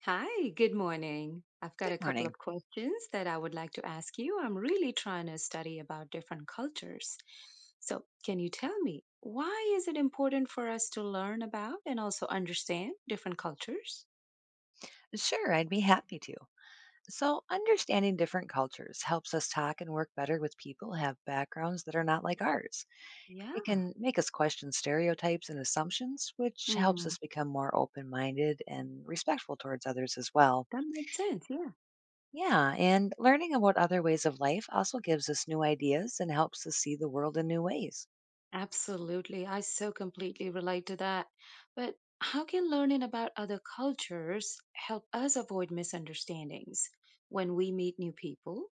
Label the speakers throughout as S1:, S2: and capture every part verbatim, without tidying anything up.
S1: Hi, good morning. I've got
S2: Good
S1: a couple
S2: morning.
S1: of questions that I would like to ask you. I'm really trying to study about different cultures. So, can you tell me why is it important for us to learn about and also understand different cultures?
S2: Sure, I'd be happy to. So, understanding different cultures helps us talk and work better with people who have backgrounds that are not like ours. It
S1: Yeah.
S2: can make us question stereotypes and assumptions, which helps
S1: Mm,
S2: us become more open minded and respectful towards others as well.
S1: that makes sense. Yeah,
S2: Yeah, and learning about other ways of life also gives us new ideas and helps us see the world in new ways.
S1: absolutely. I so completely relate to that. But how can learning about other cultures help us avoid misunderstandings when we meet new people?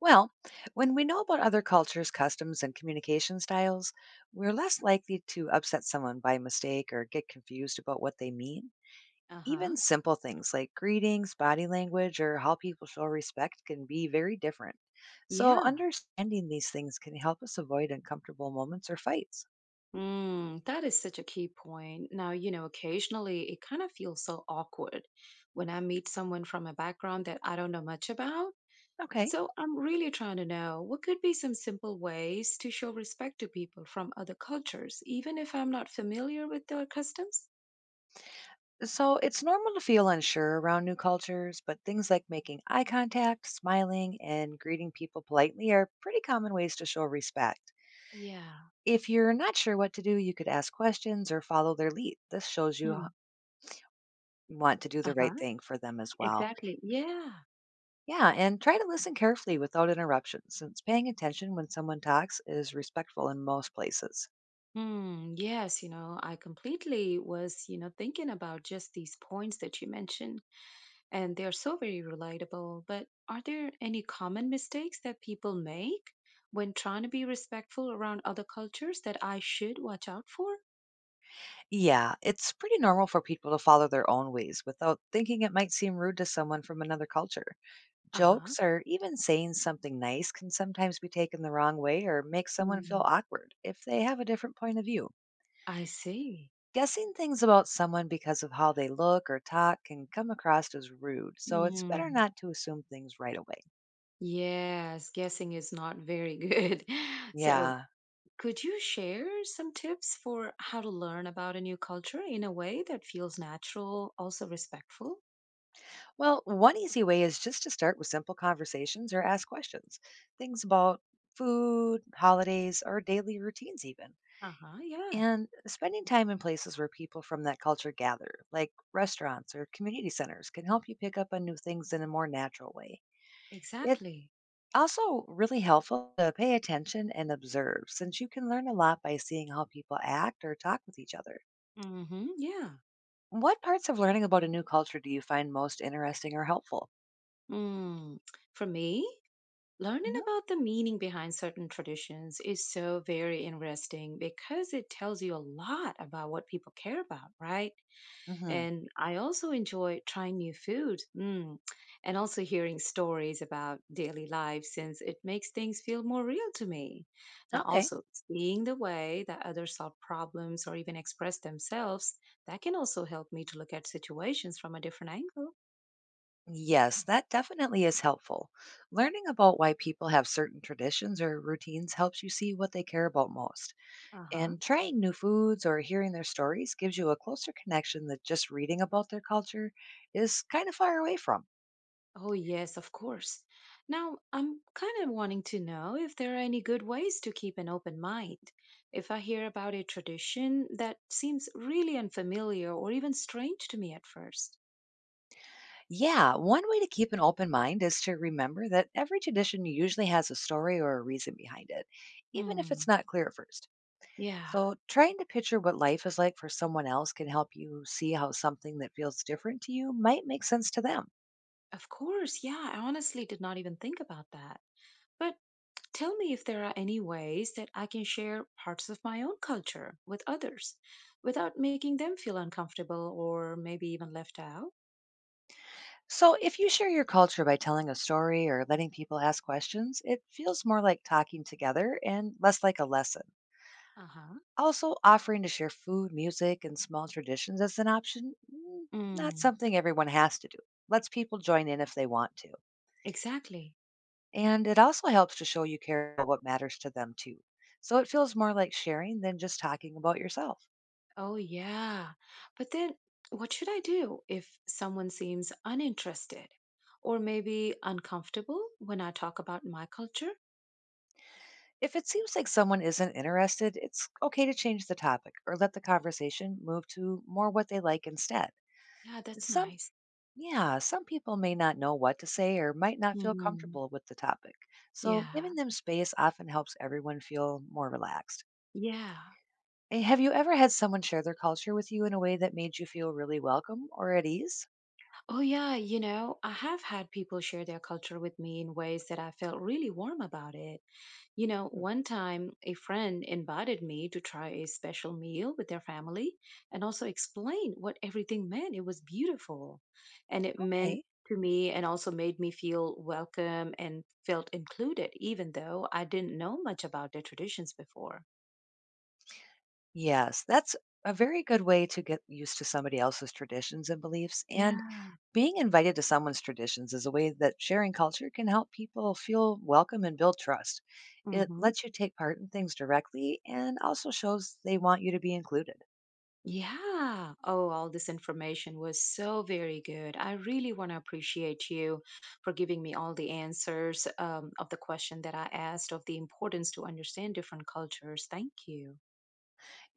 S2: Well, when we know about other cultures, customs, and communication styles, we're less likely to upset someone by mistake or get confused about what they mean.
S1: Uh huh.
S2: Even simple things like greetings, body language, or how people show respect can be very different. So,
S1: Yeah.
S2: understanding these things can help us avoid uncomfortable moments or fights.
S1: Mm, that is such a key point. Now, you know, occasionally it kind of feels so awkward when I meet someone from a background that I don't know much about.
S2: Okay.
S1: So I'm really trying to know what could be some simple ways to show respect to people from other cultures, even if I'm not familiar with their customs?
S2: So, it's normal to feel unsure around new cultures, but things like making eye contact, smiling, and greeting people politely are pretty common ways to show respect.
S1: Yeah.
S2: If you're not sure what to do, you could ask questions or follow their lead. This shows you h-
S1: Mm.
S2: want to do the right
S1: Uh-huh.
S2: thing for them as well.
S1: Exactly. Yeah.
S2: Yeah, and try to listen carefully without interruptions, since paying attention when someone talks is respectful in most places.
S1: Hmm. Yes, you know, I completely was, you know, thinking about just these points that you mentioned, and they are so very relatable. But are there any common mistakes that people make when trying to be respectful around other cultures that I should watch out for?
S2: Yeah, it's pretty normal for people to follow their own ways without thinking it might seem rude to someone from another culture.
S1: Uh huh.
S2: Jokes or even saying something nice can sometimes be taken the wrong way or make someone feel
S1: Mm,
S2: awkward if they have a different point of view.
S1: I see.
S2: Guessing things about someone because of how they look or talk can come across as rude, so it's better
S1: Mm.
S2: not to assume things right away.
S1: Yes, guessing is not very good. So,
S2: Yeah.
S1: could you share some tips for how to learn about a new culture in a way that feels natural, also respectful?
S2: Well, one easy way is just to start with simple conversations or ask questions. Things about food, holidays, or daily routines, even.
S1: Uh huh. Yeah,
S2: And spending time in places where people from that culture gather, like restaurants or community centers, can help you pick up on new things in a more natural way. It
S1: exactly.
S2: Also, really helpful to pay attention and observe, since you can learn a lot by seeing how people act or talk with each other.
S1: Mm hmm. Yeah.
S2: What parts of learning about a new culture do you find most interesting or helpful?
S1: Mm. For me, learning
S2: Hmm.
S1: about the meaning behind certain traditions is so very interesting because it tells you a lot about what people care about, right?
S2: Hmm.
S1: And I also enjoy trying new food. Mm, and also hearing stories about daily life since it makes things feel more real to me. Now,
S2: Okay.
S1: also seeing the way that others solve problems or even express themselves, that can also help me to look at situations from a different angle.
S2: Yes, that definitely is helpful. Learning about why people have certain traditions or routines helps you see what they care about most.
S1: Uh huh.
S2: And trying new foods or hearing their stories gives you a closer connection that just reading about their culture is kind of far away from.
S1: Oh, yes, of course. Now, I'm kind of wanting to know if there are any good ways to keep an open mind if I hear about a tradition that seems really unfamiliar or even strange to me at first.
S2: Yeah, one way to keep an open mind is to remember that every tradition usually has a story or a reason behind it, even if it's
S1: Hmm.
S2: not clear at first.
S1: Yeah,
S2: So, trying to picture what life is like for someone else can help you see how something that feels different to you might make sense to them.
S1: of course. Yeah, I honestly did not even think about that. But tell me if there are any ways that I can share parts of my own culture with others without making them feel uncomfortable or maybe even left out.
S2: So, if you share your culture by telling a story or letting people ask questions, it feels more like talking together and less like a lesson.
S1: Uh huh.
S2: Also, offering to share food, music, and small traditions as an option, mm, not
S1: Mm,
S2: something everyone has to do, lets people join in if they want to.
S1: exactly.
S2: And it also helps to show you care about what matters to them too. So, it feels more like sharing than just talking about yourself.
S1: Oh, yeah. But then, what should I do if someone seems uninterested or maybe uncomfortable when I talk about my culture?
S2: If it seems like someone isn't interested, it's okay to change the topic or let the conversation move to more what they like instead.
S1: Yeah, that's
S2: Some
S1: nice.
S2: Yeah, some people may not know what to say or might not feel
S1: Mhm.
S2: comfortable with the topic. So,
S1: Yeah.
S2: giving them space often helps everyone feel more relaxed.
S1: Yeah.
S2: Eh, Have you ever had someone share their culture with you in a way that made you feel really welcome or at ease?
S1: Oh, yeah. You know, I have had people share their culture with me in ways that I felt really warm about it. You know,
S2: Hmm.
S1: one time a friend invited me to try a special meal with their family and also explain what everything meant. It was beautiful. And it meant
S2: Okay.
S1: to me and also made me feel welcome and felt included, even though I didn't know much about their traditions before.
S2: Yes, that's a very good way to get used to somebody else's traditions and beliefs. And
S1: Yeah.
S2: being invited to someone's traditions is a way that sharing culture can help people feel welcome and build trust. It
S1: Hmm.
S2: lets you take part in things directly and also shows they want you to be included.
S1: Yeah. Oh, all this information was so very good. I really want to appreciate you for giving me all the answers um, of the question that I asked of the importance to understand different cultures. Thank you.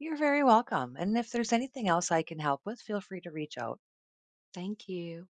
S2: You're very welcome. And if there's anything else I can help with, feel free to reach out.
S1: Thank you.